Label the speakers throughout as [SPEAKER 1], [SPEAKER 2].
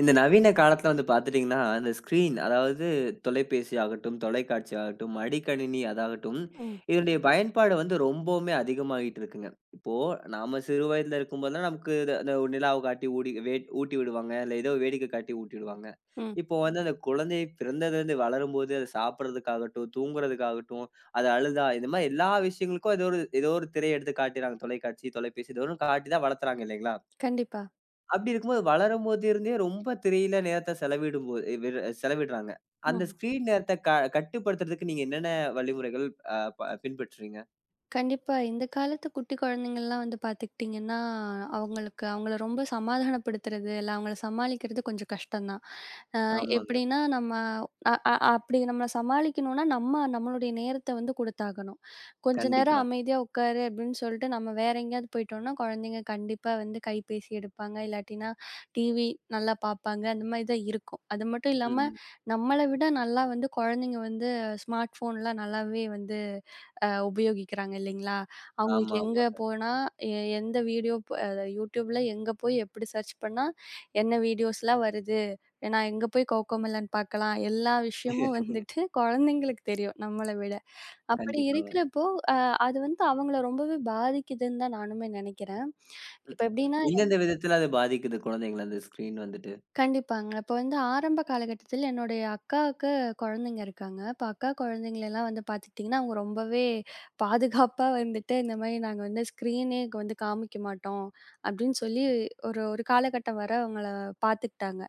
[SPEAKER 1] இந்த நவீன காலத்துல வந்து பார்த்துட்டீங்கன்னா, அந்த ஸ்க்ரீன் அதாவது தொலைபேசி ஆகட்டும், தொலைக்காட்சி ஆகட்டும், மடிக்கணினி அதாகட்டும்,
[SPEAKER 2] ம்.
[SPEAKER 1] இதனுடைய பயன்பாடு வந்து ரொம்பவுமே அதிகமாகிட்டு இருக்குங்க. இப்போ நாம சிறு வயதில இருக்கும்போதெல்லாம் நமக்கு இத அந்த நிலாவ காட்டி ஊடி வே ஊட்டி விடுவாங்க. இல்ல ஏதோ வேடிக்கை காட்டி ஊட்டி விடுவாங்க.
[SPEAKER 2] ம்.
[SPEAKER 1] இப்போ வந்து அந்த குழந்தை பிறந்ததுலேருந்து வளரும்போது, அது சாப்பிடுறதுக்காகட்டும், தூங்குறதுக்காகட்டும், அது அழுதா இந்த மாரி எல்லா விஷயங்களுக்கும் ஏதோ ஒரு திரைய எடுத்து காட்டிறாங்க. தொலைக்காட்சி, தொலைபேசி ஏதோ ஒண்ணு காட்டி தான் வளர்த்துறாங்க இல்லைங்களா?
[SPEAKER 2] கண்டிப்பா.
[SPEAKER 1] அப்படி இருக்கும்போது வளரும்போது இருந்தே ரொம்ப திரையில நேரத்த செலவிடும்போது செலவிடுறாங்க. அந்த
[SPEAKER 2] ம்.
[SPEAKER 1] ஸ்க்ரீன் நேரத்த கட்டுப்படுத்துறதுக்கு நீங்க என்னென்ன வழிமுறைகள் அ ப பின்பற்றுறீங்க?
[SPEAKER 2] கண்டிப்பா. இந்த காலத்து குட்டி குழந்தைங்கள்லாம் வந்து பார்த்துக்கிட்டிங்கன்னா, அவங்களுக்கு அவங்கள ரொம்ப சமாதானப்படுத்துறது, இல்ல அவங்கள சமாளிக்கிறது கொஞ்சம் கஷ்டம் தான்.
[SPEAKER 1] ஆமாங்க.
[SPEAKER 2] எப்படின்னா நம்ம அ அ அப்படி நம்மள சமாளிக்கணும்னா, நம்ம நம்மளுடைய நேரத்த வந்து குடுத்தாகணும். "கொஞ்ச நேரம்
[SPEAKER 1] கண்டிப்பா.
[SPEAKER 2] அமைதியா உட்காரு" அப்படின்னு சொல்லிட்டு நம்ம வேற எங்கேயாவது போயிட்டோம்னா, குழந்தைங்க கண்டிப்பா வந்து கைபேசி எடுப்பாங்க. இல்லாட்டினா டிவி நல்லா பார்ப்பாங்க. அந்த மாதிரி தான் இருக்கும். அது மட்டும்
[SPEAKER 1] ம்,
[SPEAKER 2] இல்லாம,
[SPEAKER 1] ம்.
[SPEAKER 2] நம்மள விட நல்லா வந்து குழந்தைங்க வந்து ஸ்மார்ட் ஃபோன்லாம் நல்லாவே வந்து உபயோகிக்கிறாங்க இல்லைங்களா? அவங்களுக்கு
[SPEAKER 1] ஆமா,
[SPEAKER 2] எங்க
[SPEAKER 1] ஆமா.
[SPEAKER 2] போனா, எ எந்த வீடியோ ப அ YouTubeல எங்க போய் எப்படி சர்ச் பண்ணா, என்ன வீடியோஸ்லாம் வருது? நான் எங்க போய் கோகோமெலன் பார்க்கலாம்? எல்லா விஷயமும் வந்துட்டு குழந்தைங்களுக்கு தெரியும், நம்மள விட. அப்படி
[SPEAKER 1] கண்டிப்பாங்க.
[SPEAKER 2] இருக்கிறப்போ, அ அது வந்து அவங்கள ரொம்பவே பாதிக்குதுன்னு தான் நானுமே நினைக்கிறேன்.
[SPEAKER 1] ம்.
[SPEAKER 2] இப்ப எப்படின்னா
[SPEAKER 1] எந்தெந்த விதத்துல அது பாதிக்குது குழந்தைங்கள அந்த ஸ்க்ரீன் வந்துட்டு?
[SPEAKER 2] கண்டிப்பாங்க. இப்ப வந்து ஆரம்ப காலகட்டத்தில என்னுடைய அக்காவுக்கு குழந்தைங்க இருக்காங்க. இப்ப அக்கா குழந்தைங்களலாம் வந்து பார்த்துக்கிட்டிங்கன்னா, அவங்க ரொம்பவே பாதுகாப்பா வந்துட்டு இந்த மாரி நாங்க வந்து ஸ்க்ரீனே வந்து காமிக்க மாட்டோம் அப்படின்னு சொல்லி ஒரு ஒரு காலகட்டம் வர அவங்கள பார்த்துக்கிட்டாங்க.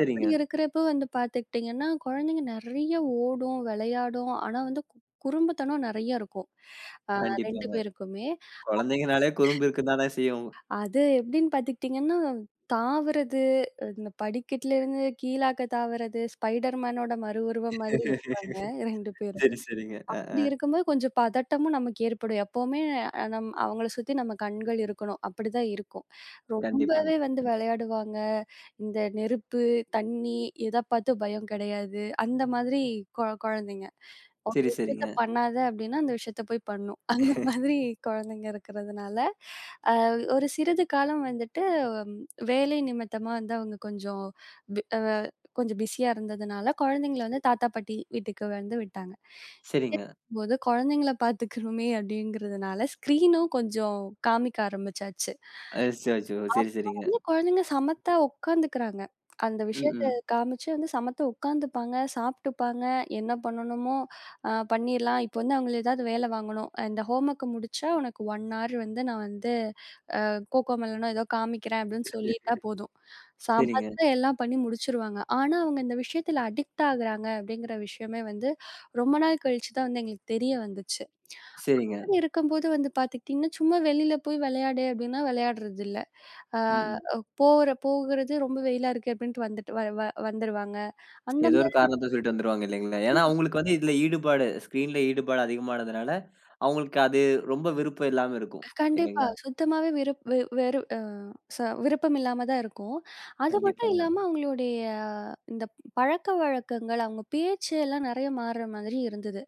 [SPEAKER 2] அப்படி இருக்கிறப்போ வந்து பார்த்துக்கிட்டிங்கன்னா, குழந்தைங்க நெறைய ஓடும், விளையாடும். ஆனா வந்து குறும்புத்தனம் நெறைய இருக்கும். அ 2
[SPEAKER 1] கண்டிப்பாங்க.
[SPEAKER 2] பேருக்குமே.
[SPEAKER 1] குழந்தைங்கனாலே குறும்பு இருக்கத்தான் தானே செய்யும்.
[SPEAKER 2] அது எப்படின்னு பார்த்துக்கிட்டிங்கன்னா, தாவுறது, இந்த படிக்கட்டுலேருந்து கீழாக்க தாவுறது, ஸ்பைடர் மேனோட மறு உருவம் மாதிரி இருப்பாங்க 2 பேரும்.
[SPEAKER 1] சரி, சரிங்க. அ
[SPEAKER 2] அப்படி இருக்கும்போது கொஞ்சம் பதட்டமும் நமக்கு ஏற்படும். எப்பவுமே அ நம் அவங்கள சுத்தி நம்ம கண்கள் இருக்கணும். அப்படிதான் இருக்கும்.
[SPEAKER 1] கண்டிப்பாங்க.
[SPEAKER 2] ரொம்பவே வந்து விளையாடுவாங்க. இந்த நெருப்பு, தண்ணி எத பார்த்தும் பயம் கிடையாது. அந்த மாதிரி குழந்தைங்க. ஒரு
[SPEAKER 1] சரி,
[SPEAKER 2] விஷயத்த
[SPEAKER 1] சரிங்க.
[SPEAKER 2] பண்ணாத அப்டின்னா, அந்த விஷயத்த போய் பண்ணும். அந்த மாதிரி குழந்தைங்க இருக்கிறதுனால, அ ஒரு சிறிது காலம் வந்துட்டு ஹம், வேலை நிமித்தமா வந்து அவங்க கொஞ்சம் பி அ கொஞ்சம் பிஸியா இருந்ததுனால, குழந்தைங்கள வந்து தாத்தா, பாட்டி வீட்டுக்கு வந்து விட்டாங்க.
[SPEAKER 1] சரிங்க.
[SPEAKER 2] போது குழந்தைங்கள பார்த்துக்கணுமே அப்படிங்கிறதுனால, ஸ்க்ரீனும் கொஞ்சம் காமிக்க ஆரம்பிச்சாச்சு.
[SPEAKER 1] அச்சச்சோ! சரி, சரி, சரி,
[SPEAKER 2] அப்ப
[SPEAKER 1] சரிங்க.
[SPEAKER 2] வந்து குழந்தைங்க சமத்தா உட்காந்துக்கிறாங்க. அந்த
[SPEAKER 1] ம்,
[SPEAKER 2] விஷயத்த
[SPEAKER 1] ம்.
[SPEAKER 2] காமிச்சு வந்து சமத்தா உட்காந்துப்பாங்க, சாப்ட்டுப்பாங்க, என்ன பண்ணணுமோ பண்ணிர்லாம். இப்போ வந்து அவங்கள ஏதாவது வேல வாங்கணும். இந்த ஹோம் ஒர்க்க முடிச்சா உனக்கு 1 ஹவர் வந்து நான் வந்து கோகோ மெலனோ ஏதோ காமிக்கிறேன் அப்படின்னு சொல்லிட்டா போதும்.
[SPEAKER 1] சரிங்க,
[SPEAKER 2] சமத்தா எல்லாம் பண்ணி முடிச்சுருவாங்க. ஆனா அவங்க இந்த விஷயத்துல அடிக்ட் ஆகுறாங்க அப்படிங்கிற விஷயமே வந்து ரொம்ப நாள் கழிச்சு தான் வந்து எங்களுக்கு தெரிய வந்துச்சு.
[SPEAKER 1] சரிங்க.
[SPEAKER 2] அப்படி இருக்கும்போது வந்து பார்த்துக்கிட்டீங்கன்னா, சும்மா வெளியில போய் விளையாடு அப்படின்னா விளையாடுறதில்ல. ஆ
[SPEAKER 1] ம், ம்.
[SPEAKER 2] போற போகுறது ரொம்ப வெயிலா இருக்கு அப்படின்ட்டு வந்துட்டு வ வ வந்துருவாங்க. அந்த
[SPEAKER 1] ஏதோ ஒரு காரணத்த சொல்லிட்டு வந்துருவாங்க இல்லைங்களா? ஏன்னா அவங்களுக்கு வந்து இதுல ஈடுபாடு ஸ்க்ரீன்ல ஈடுபாடு அதிகமானதுனால, அவங்களுக்கு அது ரொம்ப விருப்பம் இல்லாம இருக்கும்.
[SPEAKER 2] கண்டிப்பா.
[SPEAKER 1] இல்லைங்களா?
[SPEAKER 2] சுத்தமாவே விருப் வெ வெறு அ ச விருப்பம் இல்லாம தான் இருக்கும். அது மட்டும்
[SPEAKER 1] கண்டிப்பாங்க.
[SPEAKER 2] இல்லாம அவங்களுடைய இந்த பழக்கவழக்கங்கள், அவங்க பேச்சு எல்லாம் நெறைய மாறுற மாதிரி இருந்தது.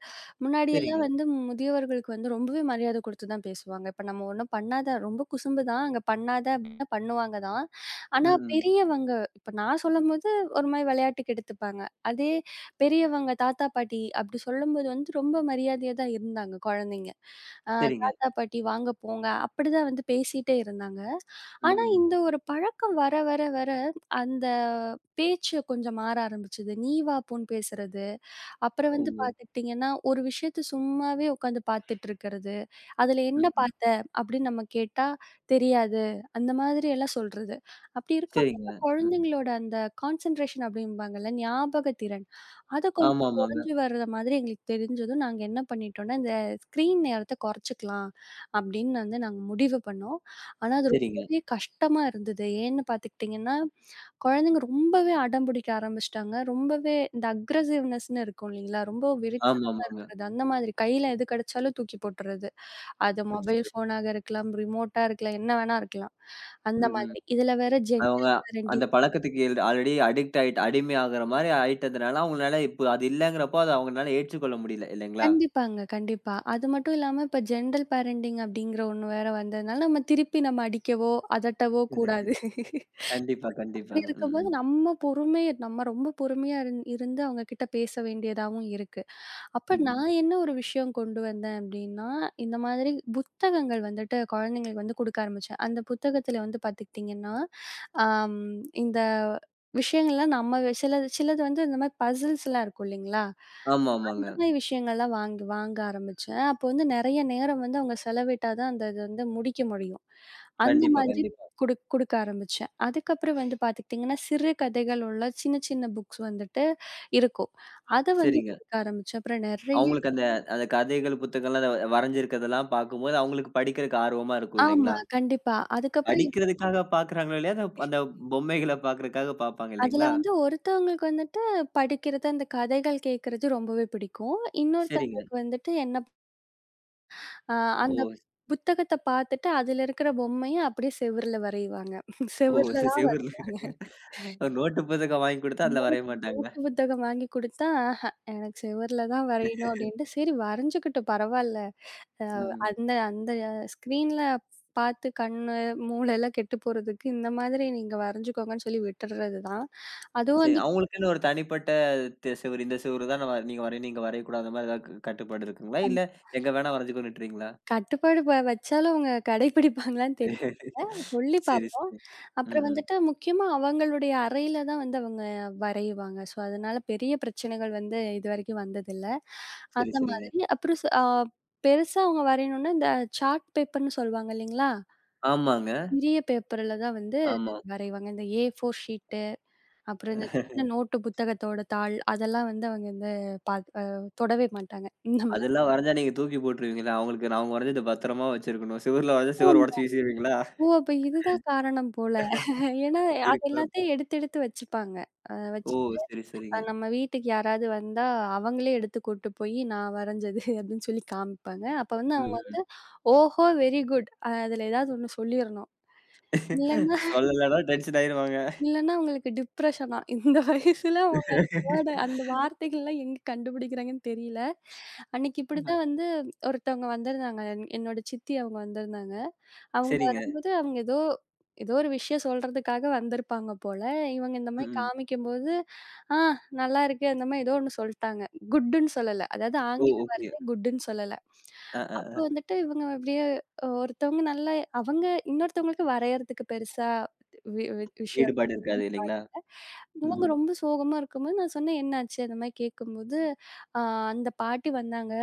[SPEAKER 2] முன்னாடியெல்லாம்
[SPEAKER 1] சரிங்க.
[SPEAKER 2] வந்து முதியவர்களுக்கு வந்து ரொம்பவே மரியாதை குடுத்து தான் பேசுவாங்க. இப்ப நம்ம ஒண்ணும் பண்ணாத ரொம்ப குசும்பு தான். அங்க பண்ணாத அப்டின்னா பண்ணுவாங்க தான்.
[SPEAKER 1] ம்.
[SPEAKER 2] ஆனா
[SPEAKER 1] ம்.
[SPEAKER 2] பெரியவங்க இப்ப நான் சொல்லும்போது ஒரு மாரி விளையாட்டுக்கு எடுத்துப்பாங்க. அதே பெரியவங்க, தாத்தா, பாட்டி அப்டி சொல்லும்போது வந்து ரொம்ப மரியாதையா தான் இருந்தாங்க குழந்தைங்க. அ
[SPEAKER 1] சரிங்க.
[SPEAKER 2] தாத்தா, பாட்டி வாங்க போங்க. அப்படிதான் வந்து பேசிட்டே இருந்தாங்க.
[SPEAKER 1] ம்.
[SPEAKER 2] ஆனா,
[SPEAKER 1] ம்.
[SPEAKER 2] இந்த ஒரு பழக்கம் வர வர வர அந்த பேச்சு கொஞ்சம் மாற ஆரம்பிச்சது. நீ வா போன்னு பேசுறது. அப்புறம்
[SPEAKER 1] ஓ!
[SPEAKER 2] வந்து பார்த்துக்கிட்டிங்கன்னா, ஒரு விஷயத்த சும்மாவே உட்காந்து பார்த்துட்டு இருக்கிறது. "அதுல என்ன
[SPEAKER 1] ம். ம்.
[SPEAKER 2] பார்த்த?" அப்படின்னு நம்ம கேட்டா, "தெரியாது." அந்த மாதிரி எல்லாம் சொல்றது. அப்படி
[SPEAKER 1] சரிங்க.
[SPEAKER 2] இருக்கும்போது
[SPEAKER 1] ம்.
[SPEAKER 2] குழந்தைங்களோட அந்த கான்சன்ட்ரேஷன் அப்படிம்பாங்கல்ல, ஞாபக திறன். அது கொஞ்சம்
[SPEAKER 1] ஆமாமாங்க.
[SPEAKER 2] குறைஞ்சு வர்ற மாதிரி எங்களுக்கு தெரிஞ்சதும், நாங்க என்ன பண்ணிட்டோம்னா, இந்த ஸ்க்ரீன் நேரத்த குறைச்சுக்கலாம் அப்படின்னு வந்து நாங்க முடிவு பண்ணோம். ஆனா அது
[SPEAKER 1] சரிங்க.
[SPEAKER 2] ரொம்பவே கஷ்டமா இருந்தது. ஏன்னு பார்த்துக்கிட்டிங்கன்னா குழந்தைங்க ரொம்பவே அடம் பிடிக்க ஆரம்பிச்சுட்டாங்க. ரொம்பவே இந்த அக்ரசிவ்னஸ்ன்னு இருக்கும் இல்லைங்களா? ரொம்ப வெறித்தனமா
[SPEAKER 1] ஆமாமாங்க.
[SPEAKER 2] இருக்கிறது. அந்த மாதிரி கையில எது கிடைச்சாலும் தூக்கி போட்டுறது. அது மொபைல்
[SPEAKER 1] அச்சச்சோ!
[SPEAKER 2] ஃபோனாக இருக்கலாம், ரிமோட்டா இருக்கலாம், என்ன வேணா இருக்கலாம். அந்த
[SPEAKER 1] ம். ம்.
[SPEAKER 2] மாதிரி. இதுல வேற
[SPEAKER 1] அவங்க
[SPEAKER 2] ஜென்டல்
[SPEAKER 1] அந்த
[SPEAKER 2] பேரண்டிங்
[SPEAKER 1] பழக்கத்துக்கு ஆல்ரெடி அடிக்ட் ஆயிட்டு அடிமை ஆகுற மாரி ஆயிட்டதுனால, அவங்களால இப்போ அது இல்லங்கிறப்போ அத அவங்கனால ஏற்றுக்கொள்ள முடியல இல்லைங்களா?
[SPEAKER 2] கண்டிப்பாங்க, கண்டிப்பா. அது மட்டும் இல்லாம இப்ப ஜென்டல் பேரண்டிங் அப்படிங்கிற ஒண்ணு வேற வந்ததுனால, நம்ம திருப்பி நம்ம அடிக்கவோ, அதட்டவோ கூடாது.
[SPEAKER 1] கண்டிப்பா,
[SPEAKER 2] அப்படி
[SPEAKER 1] கண்டிப்பாங்க.
[SPEAKER 2] இருக்கும்போது
[SPEAKER 1] ம்.
[SPEAKER 2] நம்ம பொறுமை நம்ம ரொம்ப பொறுமையா இருந்து அவங்க கிட்ட பேச வேண்டியதாவும் இருக்கு. அப்ப
[SPEAKER 1] ம்.
[SPEAKER 2] நான் என்ன ஒரு விஷயம் கொண்டு வந்தேன் அப்படின்னா, இந்த மாதிரி புத்தகங்கள் வந்துட்டு குழந்தைங்களுக்கு வந்து குடுக்க ஆரம்பிச்சேன். அந்த புத்தகத்தில வந்து பார்த்துக்கிட்டிங்கன்னா, அம் இந்த விஷயங்கள்லாம் நம்ம சிலது சிலது வந்து இந்த மாதிரி பசில்ஸ்லாம் இருக்கும் இல்லைங்களா?
[SPEAKER 1] ஆமாமாங்க.
[SPEAKER 2] அந்த மாதிரி விஷயங்கள்லாம் வாங்கி வாங்க ஆரம்பிச்சேன். அப்போ வந்து நெறைய நேரம் வந்து அவங்க செலவிட்டா தான் அந்த இது வந்து முடிக்க முடியும். அந்த
[SPEAKER 1] கண்டிப்பா,
[SPEAKER 2] மாதிரி
[SPEAKER 1] கண்டிப்பா.
[SPEAKER 2] குடுக்க ஆரம்பிச்சேன். அதுக்கப்புறம் வந்து பார்த்துக்கிட்டிங்கன்னா, சிறு கதைகள் உள்ள சின்ன சின்ன புக்ஸ் வந்துட்டு இருக்கும். அத வந்து
[SPEAKER 1] சரிங்க.
[SPEAKER 2] குடுக்க ஆரம்பிச்சேன். அப்புறம் நெறைய
[SPEAKER 1] அவங்களுக்கு அந்த அந்த கதைகள், புத்தகங்கள்லாம் அத வரைஞ்சிருக்கிறதெல்லாம் பார்க்கும்போது, அவங்களுக்கு படிக்கிறக்கு ஆர்வமா இருக்கும்
[SPEAKER 2] ஆமா,
[SPEAKER 1] இல்லைங்களா?
[SPEAKER 2] கண்டிப்பா. அதுக்கப்புறம்
[SPEAKER 1] படிக்கிறதுக்காக பார்க்குறாங்களோ இல்லையோ, அந்த அந்த பொம்மைகள பார்க்குறதுக்காக பார்ப்பாங்க
[SPEAKER 2] அதுல
[SPEAKER 1] இல்லைங்களா?
[SPEAKER 2] வந்து ஒருத்தவங்களுக்கு வந்துட்டு படிக்கிறது, அந்த கதைகள் கேட்கறது ரொம்பவே பிடிக்கும்.
[SPEAKER 1] சரிங்க.
[SPEAKER 2] இன்னொருத்தவங்களுக்கு வந்துட்டு என்ன அ அந்த
[SPEAKER 1] ஓ!
[SPEAKER 2] புத்தகத்த பார்த்துட்டு அதுல இருக்கிற பொம்மைய அப்படியே செவுருல வரைவாங்க.
[SPEAKER 1] ஓ!
[SPEAKER 2] செவுருல தான்
[SPEAKER 1] செவுருல
[SPEAKER 2] வரைவாங்க.
[SPEAKER 1] ஒரு நோட்டு புத்தகம் வாங்கி குடுத்தா அதில
[SPEAKER 2] நோட்
[SPEAKER 1] வரைய மாட்டாங்களா?
[SPEAKER 2] நோட்டு புத்தகம் வாங்கி குடுத்தா, ஆஹா எனக்கு செவுருல தான் வரையணும் அப்படின்ட்டு, சரி வரைஞ்சுக்கிட்டும் பரவால்ல. அ
[SPEAKER 1] ம். ம்.
[SPEAKER 2] அந்த அந்த ஸ்க்ரீன்ல பார்த்து கண்ணு, மூளைலாம் கெட்டு போறதுக்கு இந்த மாதிரி நீங்க வரைஞ்சுக்கோங்கன்னு சொல்லி விட்டுறது தான். அதுவும்
[SPEAKER 1] சரி.
[SPEAKER 2] வந்து
[SPEAKER 1] அவங்களுக்குன்னு ஒரு தனிப்பட்ட செவுரு, இந்த செவுரு தான் நம்ம நீங்க வரையணும், நீங்க வரையக்கூடாது அந்த மாரி ஏதாவது கட்டுப்பாடு இருக்குங்களா? இல்ல எங்க வேணா வரைஞ்சுக்கோன்னு விட்டுருவீங்களா?
[SPEAKER 2] கட்டுப்பாடு வச்சாலும் அவங்க கடைபிடிப்பாங்களான்னு தெரியல. சொல்லி
[SPEAKER 1] சரி,
[SPEAKER 2] பார்ப்போம்.
[SPEAKER 1] சரி. ம்,
[SPEAKER 2] அப்புறம்
[SPEAKER 1] ம்.
[SPEAKER 2] வந்துட்டு முக்கியமா அவங்களுடைய அறையில தான் வந்து அவங்க வரைவாங்க. ஸோ, அதனால பெரிய பிரச்சனைகள் வந்து இதுவரைக்கும் வந்ததில்ல.
[SPEAKER 1] சரி,
[SPEAKER 2] அந்த
[SPEAKER 1] சரிங்க.
[SPEAKER 2] மாதிரி. அப்புறம் ச அ பெருசா அவங்க வரையணும்னா, இந்த சார்ட் பேப்பர்ன்னு சொல்லுவாங்க இல்லைங்களா?
[SPEAKER 1] ஆமாங்க.
[SPEAKER 2] பெரிய பேப்பர்ல தான் வந்து
[SPEAKER 1] ஆமா.
[SPEAKER 2] வரைவாங்க. இந்த ஏ4 ஷீட்டு, அப்புறம் இந்த சின்ன நோட்டு புத்தகத்தோட தாள், அதெல்லாம் வந்து அவங்க வந்து பாக் அ தொடவே மாட்டாங்க. இந்த மாதிரி.
[SPEAKER 1] அதெல்லாம் வரைஞ்சா நீங்க தூக்கி போட்டுருவீங்களா? அவங்களுக்கு நான் அவங்க வரைஞ்சத பத்திரமா வச்சிருக்கணும். சுவர்ல வரைஞ்சா சுவர உடைச்சு வீசிருவீங்களா?
[SPEAKER 2] ஓ! அப்ப இதுதான் காரணம் போல. ஏன்னா, அது
[SPEAKER 1] இருக்கலாம்.
[SPEAKER 2] எல்லாத்தையும் எடுத்து எடுத்து வச்சுப்பாங்க.
[SPEAKER 1] ஓ!
[SPEAKER 2] வச்சுட்டு
[SPEAKER 1] சரி, சரிங்க.
[SPEAKER 2] நம்ம வீட்டுக்கு யாராவது வந்தா, அவங்களே எடுத்து கூட்டு போயி "நான் வரைஞ்சது" அப்படின்னு சொல்லி காமிப்பாங்க. அப்ப வந்து
[SPEAKER 1] ம்,
[SPEAKER 2] அவங்க
[SPEAKER 1] ம்.
[SPEAKER 2] வந்து, "ஓஹோ! வெரி குட்" அதுல ஏதாவது ஒண்ணு சொல்லிறணும். இல்லன்னா
[SPEAKER 1] சொல்லலன்னா டென்ஷன் ஆயிருவாங்க.
[SPEAKER 2] இல்லன்னா அவங்களுக்கு டிப்ரஷனா. இந்த வயசுல அவங்களோட அந்த வார்த்தைகள்லாம் எங்க கண்டுபிடிக்கிறாங்கன்னு தெரியல. அன்னைக்கு
[SPEAKER 1] ஆஹா.
[SPEAKER 2] இப்படிதான் வந்து ஒருத்தவங்க வந்திருந்தாங்க. என்னோட சித்தி அவங்க வந்திருந்தாங்க. அவங்க
[SPEAKER 1] சரிங்க.
[SPEAKER 2] வரும்போது, அவங்க ஏதோ ஏதோ ஒரு விஷயம் சொல்றதுக்காக வந்திருப்பாங்க போல. இவங்க இந்த
[SPEAKER 1] ம்,
[SPEAKER 2] மாரி
[SPEAKER 1] ம்.
[SPEAKER 2] காமிக்கும்போது, "ஆ நல்லாருக்கு." அந்த மாரி ஏதோ ஒண்ணு சொல்ட்டாங்க. குட்டுன்னு சொல்லல. அதாவது
[SPEAKER 1] ஓ!
[SPEAKER 2] ஆங்கில
[SPEAKER 1] ஓகே.
[SPEAKER 2] வார்த்தை குட்டுன்னு சொல்லல.
[SPEAKER 1] அ, அ,
[SPEAKER 2] அப்போ
[SPEAKER 1] அ.
[SPEAKER 2] வந்துட்டு இவங்க அப்படியே ஒருத்தவங்க நல்லா அவங்க இன்னொருத்தவங்களுக்கு வரையறதுக்கு பெருசா வி வி விஷயம்
[SPEAKER 1] ஈடுபாடு இருக்காது
[SPEAKER 2] இது
[SPEAKER 1] இல்லீங்களா?
[SPEAKER 2] பாருங்க.
[SPEAKER 1] ம்,
[SPEAKER 2] இவங்க
[SPEAKER 1] ம்.
[SPEAKER 2] ரொம்ப சோகமா இருக்கும்போது நான் சொன்னேன், "என்னாச்சு?" அந்த மாரி கேட்கும்போது, "ஆ அந்த பாட்டி வந்தாங்க.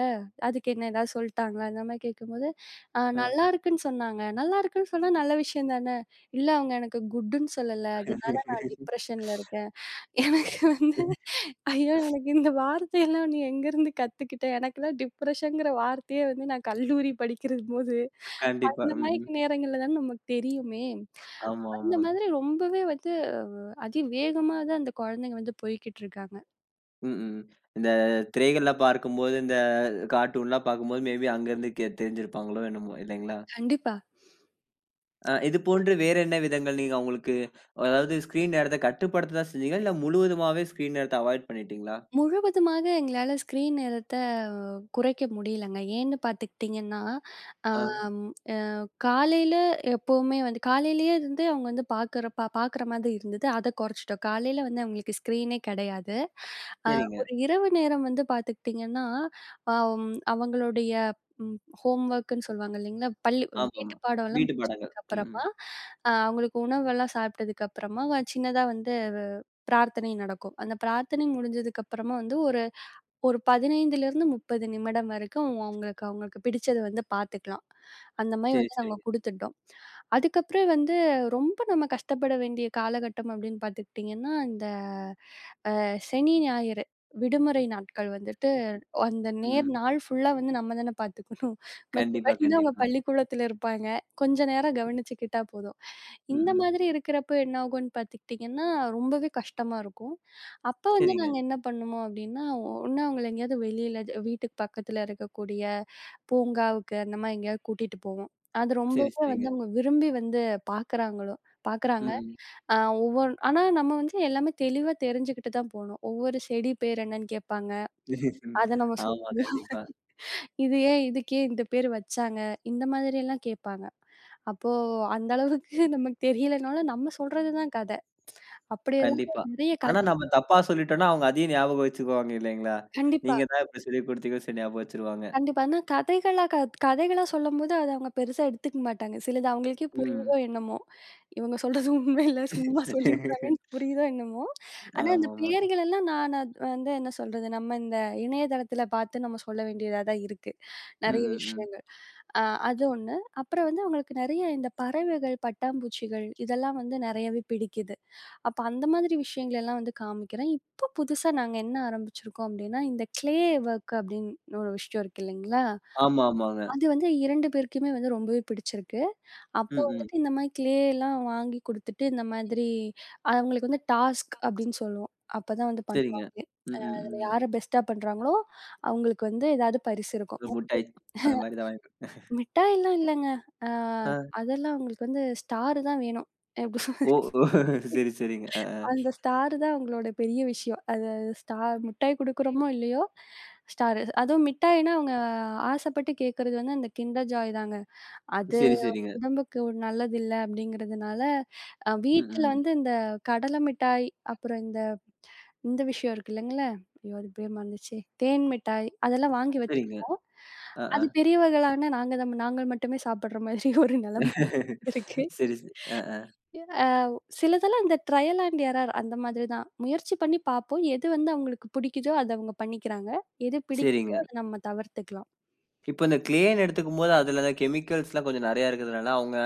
[SPEAKER 2] அதுக்கு என்ன ஏதாவது சொல்ட்டாங்களா?" அந்த மாரி கேட்கும்போது, ஆ
[SPEAKER 1] அ.
[SPEAKER 2] நல்லாருக்குன்னு சொன்னாங்க. நல்லாருக்குன்னு சொன்னா நல்ல விஷயம் தானே! இல்ல அவங்க எனக்கு குட்டுன்னு சொல்லல. அதனால நான் டிப்ரஷன்ல இருக்கேன். எனக்கு வந்து ஐயோ! எனக்கு இந்த வார்த்தையெல்லாம் நீ எங்கேருந்து கத்துக்கிட்ட? எனக்கெல்லாம் டிப்ரஷன்ங்கிற வார்த்தையே வந்து நான் கல்லூரி படிக்கிறபோது,
[SPEAKER 1] கண்டிப்பா.
[SPEAKER 2] அந்த
[SPEAKER 1] ம்,
[SPEAKER 2] மாரி
[SPEAKER 1] ம்.
[SPEAKER 2] நேரங்கள்ல தானே நமக்கு தெரியுமே!
[SPEAKER 1] ஆமா,
[SPEAKER 2] அந்த
[SPEAKER 1] ஆமா.
[SPEAKER 2] மாதிரி ரொம்பவே வந்து அதி வேகமா தான் அந்த குழந்தைங்க வந்து போய்க்கிட்டு இருக்காங்க.
[SPEAKER 1] ம், ம். இந்த திரைகள்லாம் பார்க்கும்போது, இந்த கார்ட்டூன்லாம் பார்க்கும்போது, மேபி அங்கருந்து கே தெரிஞ்சிருப்பாங்களோ என்னமோ இல்லைங்களா?
[SPEAKER 2] கண்டிப்பா.
[SPEAKER 1] இது போன்று வேற என்ன விதங்கள் நீங்க அவங்களுக்கு அதாவது ஸ்க்ரீன் நேரத்த கட்டுப்படுத்த தான் செஞ்சீங்களா? இல்ல முழுவதுமாவே ஸ்க்ரீன் நேரத்த அவாய்ட் பண்ணிட்டீங்களா?
[SPEAKER 2] முழுவதுமாக எங்களால ஸ்க்ரீன் நேரத்த குறைக்க முடியலங்க. ஏன்னு பார்த்துக்கிட்டிங்கன்னா,
[SPEAKER 1] ஆ
[SPEAKER 2] ஆம் அ காலையில எப்பவுமே வந்து காலையிலேயே இருந்து அவங்க வந்து பார்க்குற மாதிரி இருந்தது. அத குறைச்சுட்டோம். காலையில வந்து அவங்களுக்கு ஸ்க்ரீனே கிடையாது. அ
[SPEAKER 1] சரிங்க.
[SPEAKER 2] ஒரு இரவு நேரம் வந்து பார்த்துக்கிட்டிங்கன்னா, அவங்களுடைய ஹோம் ஒர்க்குன்னு சொல்லுவாங்க இல்லைங்களா? பள்ளி வீட்டு
[SPEAKER 1] ஆமாமா.
[SPEAKER 2] பாடம்லாம்
[SPEAKER 1] வீட்டு பாடங்கள். ம். ம்.
[SPEAKER 2] முடிச்சதுக்கப்புறமா, அவங்களுக்கு உணவெல்லாம் சாப்பிட்டதுக்கப்புறமா, சின்னதா வந்து பிரார்த்தனை நடக்கும். அந்த பிரார்த்தனை முடிஞ்சதுக்கப்புறமா வந்து ஒரு ஒரு 15லிருந்து 30 நிமிடம் வரைக்கும் அவங்களுக்கு அவங்களுக்கு பிடிச்சத வந்து பார்த்துக்கலாம். அந்த மாரி
[SPEAKER 1] சரி,
[SPEAKER 2] வந்து நாங்க
[SPEAKER 1] சரிங்க.
[SPEAKER 2] குடுத்துட்டோம். அதுக்கப்புறம் வந்து ரொம்ப நம்ம கஷ்டப்பட வேண்டிய காலகட்டம் அப்படின்னு பார்த்துக்கிட்டிங்கன்னா, இந்த சனி, ஞாயிறு விடுமுறை நாட்கள் வந்துட்டு
[SPEAKER 1] ம்.
[SPEAKER 2] அந்த நேர்
[SPEAKER 1] ம்.
[SPEAKER 2] நாள் ஃபுல்லா வந்து நம்ம தானே பார்த்துக்கணும்.
[SPEAKER 1] கண்டிப்பா,
[SPEAKER 2] மத்தபடிலாம் அவங்க
[SPEAKER 1] கண்டிப்பாங்க.
[SPEAKER 2] பள்ளிக்கூடத்துல இருப்பாங்க. கொஞ்ச நேரம் கவனிச்சுக்கிட்டா போதும்.
[SPEAKER 1] ம்.
[SPEAKER 2] இந்த
[SPEAKER 1] ம்.
[SPEAKER 2] மாதிரி இருக்கிறப்ப என்ன ஆகும்ன்னு பார்த்துக்கிட்டிங்கன்னா, ரொம்பவே கஷ்டமா இருக்கும். அப்ப வந்து
[SPEAKER 1] சரிங்க.
[SPEAKER 2] நாங்க என்ன பண்ணுவோம் அப்டின்னா, ஒண்ணு அவங்கள எங்கேயாவது வெளியில வீட்டுக்கு பக்கத்துல இருக்கக்கூடிய பூங்காவுக்கு அந்த மாரி எங்கேயாவது கூட்டிட்டு போவோம். அது
[SPEAKER 1] சரி,
[SPEAKER 2] ரொம்பவே வந்து
[SPEAKER 1] சரிங்க.
[SPEAKER 2] அவங்க விரும்பி வந்து பார்க்குறாங்களோ
[SPEAKER 1] ம்.
[SPEAKER 2] பார்க்குறாங்க.
[SPEAKER 1] ம்.
[SPEAKER 2] அ ஒவ்வொரு ஆனா நம்ம வந்து எல்லாமே தெளிவா தெரிஞ்சுக்கிட்டு தான் போணும். ஒவ்வொரு செடி பேர் என்னன்னு கேட்பாங்க. அத நம்ம
[SPEAKER 1] ஆமா.
[SPEAKER 2] சொல்லணும்.
[SPEAKER 1] கண்டிப்பா,
[SPEAKER 2] இது ஏன் இதுக்கு ஏன் இந்த பேரு வச்சாங்க? இந்த மாதிரியெல்லாம் கேட்பாங்க. அப்போ அந்த அளவுக்கு நமக்கு தெரியலனாலும் நம்ம சொல்றது தான் கத. அப்படி ஏதாவது
[SPEAKER 1] கண்டிப்பா.
[SPEAKER 2] நெறைய கத
[SPEAKER 1] ஆனா நம்ம தப்பா சொல்லிட்டோம்னா, அவங்க அதையும் ஞாபகம் வச்சுக்குவாங்க இல்லைங்களா?
[SPEAKER 2] கண்டிப்பா,
[SPEAKER 1] நீங்க தான் இப்படி சொல்லிக் குடுத்தீங்கன்னு சொல்லி கொடுத்தீங்க சரி ஞாபகம் வச்சுருவாங்க.
[SPEAKER 2] கண்டிப்பா. ஆனா கதைகளா சொல்லும்போது அத அவங்க பெருசா எடுத்துக்க மாட்டாங்க. சிலது அவங்களுக்கே
[SPEAKER 1] ம்.
[SPEAKER 2] புரியுதோ என்னமோ! இவங்க சொல்றது உண்மை இல்ல. சும்மா சொல்லியிருக்காங்கன்னு புரியுதோ என்னமோ! ஆனா அந்த
[SPEAKER 1] ஆமாமா.
[SPEAKER 2] பெயர்கள் எல்லாம் நான் அது வந்து என்ன சொல்றது, நம்ம இந்த இணையதளத்தில பார்த்து நம்ம சொல்ல வேண்டியதா தான் இருக்கு.
[SPEAKER 1] ம்.
[SPEAKER 2] நெறைய
[SPEAKER 1] ம். ம்.
[SPEAKER 2] விஷயங்கள். அது ஒண்ணு. அப்புறம் வந்து அவங்களுக்கு நெறைய இந்த பறவைகள், பட்டாம்பூச்சிகள் இதெல்லாம் வந்து நெறையவே பிடிக்குது. அப்ப அந்த மாதிரி விஷயங்களெல்லாம் வந்து காமிக்கிறேன். இப்போ புதுசா நாங்க என்ன ஆரம்பிச்சிருக்கோம் அப்டின்னா, இந்த க்ளே ஒர்க் அப்டின்னு ஒரு விஷயம் இருக்கு இல்லைங்களா?
[SPEAKER 1] ஆமா, ஆமாங்க.
[SPEAKER 2] அது வந்து 2 பேருக்குமே வந்து ரொம்பவே பிடிச்சிருக்கு.
[SPEAKER 1] ம்.
[SPEAKER 2] அப்போ
[SPEAKER 1] ம்.
[SPEAKER 2] வந்துட்டு இந்த மாரி க்ளேலாம் வாங்கி குடுத்துட்டு, இந்த மாதிரி அவங்களுக்கு வந்து டாஸ்க் அப்டின்னு சொல்லுவோம். அப்பதான் வந்து பண்ணுவாங்க.
[SPEAKER 1] சரிங்க. ம், ம்,
[SPEAKER 2] அதுல
[SPEAKER 1] ம்.
[SPEAKER 2] யாரு பெஸ்ட்டா பண்றாங்களோ, அவங்களுக்கு வந்து ஏதாவது பரிசு இருக்கும்.
[SPEAKER 1] ஒரு முட்டாய் அந்த மாரி தான் வாங்கி குடு
[SPEAKER 2] மிட்டாய்லாம் இல்லங்க. அ
[SPEAKER 1] ஆ.
[SPEAKER 2] அதெல்லாம் அவங்களுக்கு வந்து ஸ்டார் தான் வேணும். எப்டி சொ
[SPEAKER 1] ஓ! ஓ! சரி, சரிங்க. அ, ஆ.
[SPEAKER 2] அந்த ஸ்டார் தான் அவங்களோட பெரிய விஷயம். அது ஸ்டார் மிட்டாய் குடுக்குறோமோ இல்லையோ, ஸ்டாரு. அதுவும் மிட்டாய்னா அவங்க ஆசைப்பட்டு கேட்கறது வந்து அந்த கிண்டர் ஜாய் தாங்க. அது
[SPEAKER 1] சரி, சரிங்க.
[SPEAKER 2] உடம்புக்கு ஒரு நல்லதில்ல அப்படிங்கிறதுனால,
[SPEAKER 1] ம்,
[SPEAKER 2] வீட்ல ம்.
[SPEAKER 1] ம்.
[SPEAKER 2] வந்து இந்த கடலை மிட்டாய், அப்புறம் இந்த இந்த விஷயம் இருக்கு இல்லைங்கள? ஐயோ! அது பேர் மறந்துருச்சே. தேன் மிட்டாய் அதெல்லாம் வாங்கி
[SPEAKER 1] சரிங்க.
[SPEAKER 2] வச்சிருக்கோம்.
[SPEAKER 1] அ, ஆ.
[SPEAKER 2] அது பெரியவர்களான நாங்க தான் நாங்கள் மட்டுமே சாப்பிடுற மாதிரி ஒரு நிலைமை இருக்கு.
[SPEAKER 1] சரி, சரி.
[SPEAKER 2] அ சிலதெல்லாம் இந்த ட்ரையல் அண்ட் எரர் அந்த மாதிரி தான். முயற்சி பண்ணி பார்ப்போம். எது வந்து அவங்களுக்கு பிடிக்குதோ, அத அவங்க பண்ணிக்கிறாங்க. எது பிடிக்கலையோ,
[SPEAKER 1] சரிங்க.
[SPEAKER 2] அத நம்ம தவிர்த்துக்கலாம்.
[SPEAKER 1] இப்ப இந்த க்ளேன்னு எடுத்துக்கும்போது அதுல அந்த கெமிக்கல்ஸ்லாம் கொஞ்சம் நெறையா இருக்கிறதுனால, அவங்க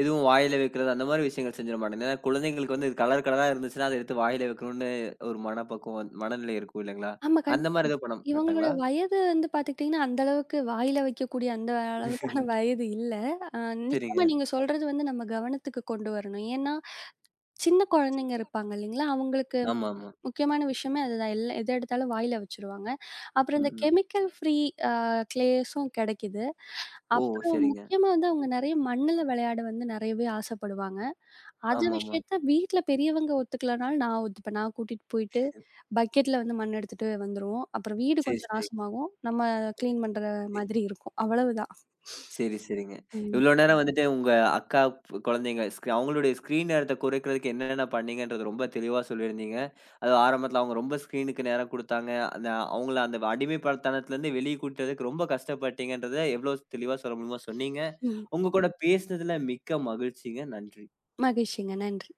[SPEAKER 1] எதுவும் வாயில வைக்கிறது அந்த மாரி விஷயங்கள் செஞ்சிட மாட்டாங்க. ஏன்னா குழந்தைங்களுக்கு வந்து இது கலர் கலரா இருந்துச்சுன்னா, அத எடுத்து வாயில வைக்கணும்னு ஒரு மனப்பக்குவம் மனநிலை இருக்கும் இல்லைங்களா?
[SPEAKER 2] ஆமா.
[SPEAKER 1] அந்த மாரி எதுவும் பண்ண
[SPEAKER 2] இவங்களோட
[SPEAKER 1] மாட்டாங்களா?
[SPEAKER 2] வயது வந்து பார்த்துக்கிட்டீங்கன்னா, அந்த அளவுக்கு வாயில வைக்கக்கூடிய அந்த அளவுக்கான வயது இல்ல. அ
[SPEAKER 1] சரிங்க.
[SPEAKER 2] நிச்சயமா நீங்க சொல்றது வந்து நம்ம கவனத்துக்கு கொண்டு வரணும். ஏன்னா, சின்ன குழந்தைங்க இருப்பாங்க இல்லைங்களா? அவங்களுக்கு
[SPEAKER 1] ஆமாமா.
[SPEAKER 2] முக்கியமான விஷயமே அதுதான். எத எடுத்தாலும் வாயில வச்சுருவாங்க. அப்புறம்
[SPEAKER 1] ம்,
[SPEAKER 2] இந்த
[SPEAKER 1] ம்.
[SPEAKER 2] கெமிக்கல் ஃப்ரீ அ கிளேஸும் கெடைக்குது.
[SPEAKER 1] ஓ!
[SPEAKER 2] அப்புறம்
[SPEAKER 1] சரிங்க.
[SPEAKER 2] முக்கியமா வந்து அவங்க நெறைய மண்ணுல விளையாட வந்து நெறையவே ஆசைப்படுவாங்க. அது
[SPEAKER 1] ஆமாமா.
[SPEAKER 2] விஷயத்த வீட்ல பெரியவங்க ஒத்துக்கலனாலும் நான் ஒத்துப்பேன். நான் கூட்டிட்டு போயிட்டு பக்கெட்ல வந்து மண் எடுத்துட்டு வந்துருவோம். அப்புறம் வீடு
[SPEAKER 1] சரி,
[SPEAKER 2] கொஞ்சம்
[SPEAKER 1] சரி.
[SPEAKER 2] நாசமாகும். நம்ம கிளீன் பண்ற மாதிரி இருக்கும். அவ்வளவுதான்.
[SPEAKER 1] சரி, சரிங்க.
[SPEAKER 2] ம்,
[SPEAKER 1] இவ்ளோ நேரம் வந்துட்டு உங்க அக்கா ப் குழந்தைங்க ஸ்க் அவங்களுடைய ஸ்க்ரீன் நேரத்த குறைக்கிறதுக்கு என்னென்ன பண்ணீங்கன்றது ரொம்ப தெளிவா சொல்லியிருந்தீங்க. அது ஆரம்பத்தில அவங்க ரொம்ப ஸ்க்ரீனுக்கு நேரம் குடுத்தாங்க. அந்த அவங்கள அந்த அடிமைப்படத்தனத்துலருந்து வெளிய கூட்டுறதுக்கு ரொம்ப கஷ்டப்பட்டீங்கன்றத எவ்ளோ தெளிவா சொல்ல முடியுமோ சொன்னீங்க.
[SPEAKER 2] ம்.
[SPEAKER 1] உங்க கூட பேசினதுல மிக்க மகிழ்ச்சிங்க. நன்றி.
[SPEAKER 2] மகிழ்ச்சிங்க. நன்றி.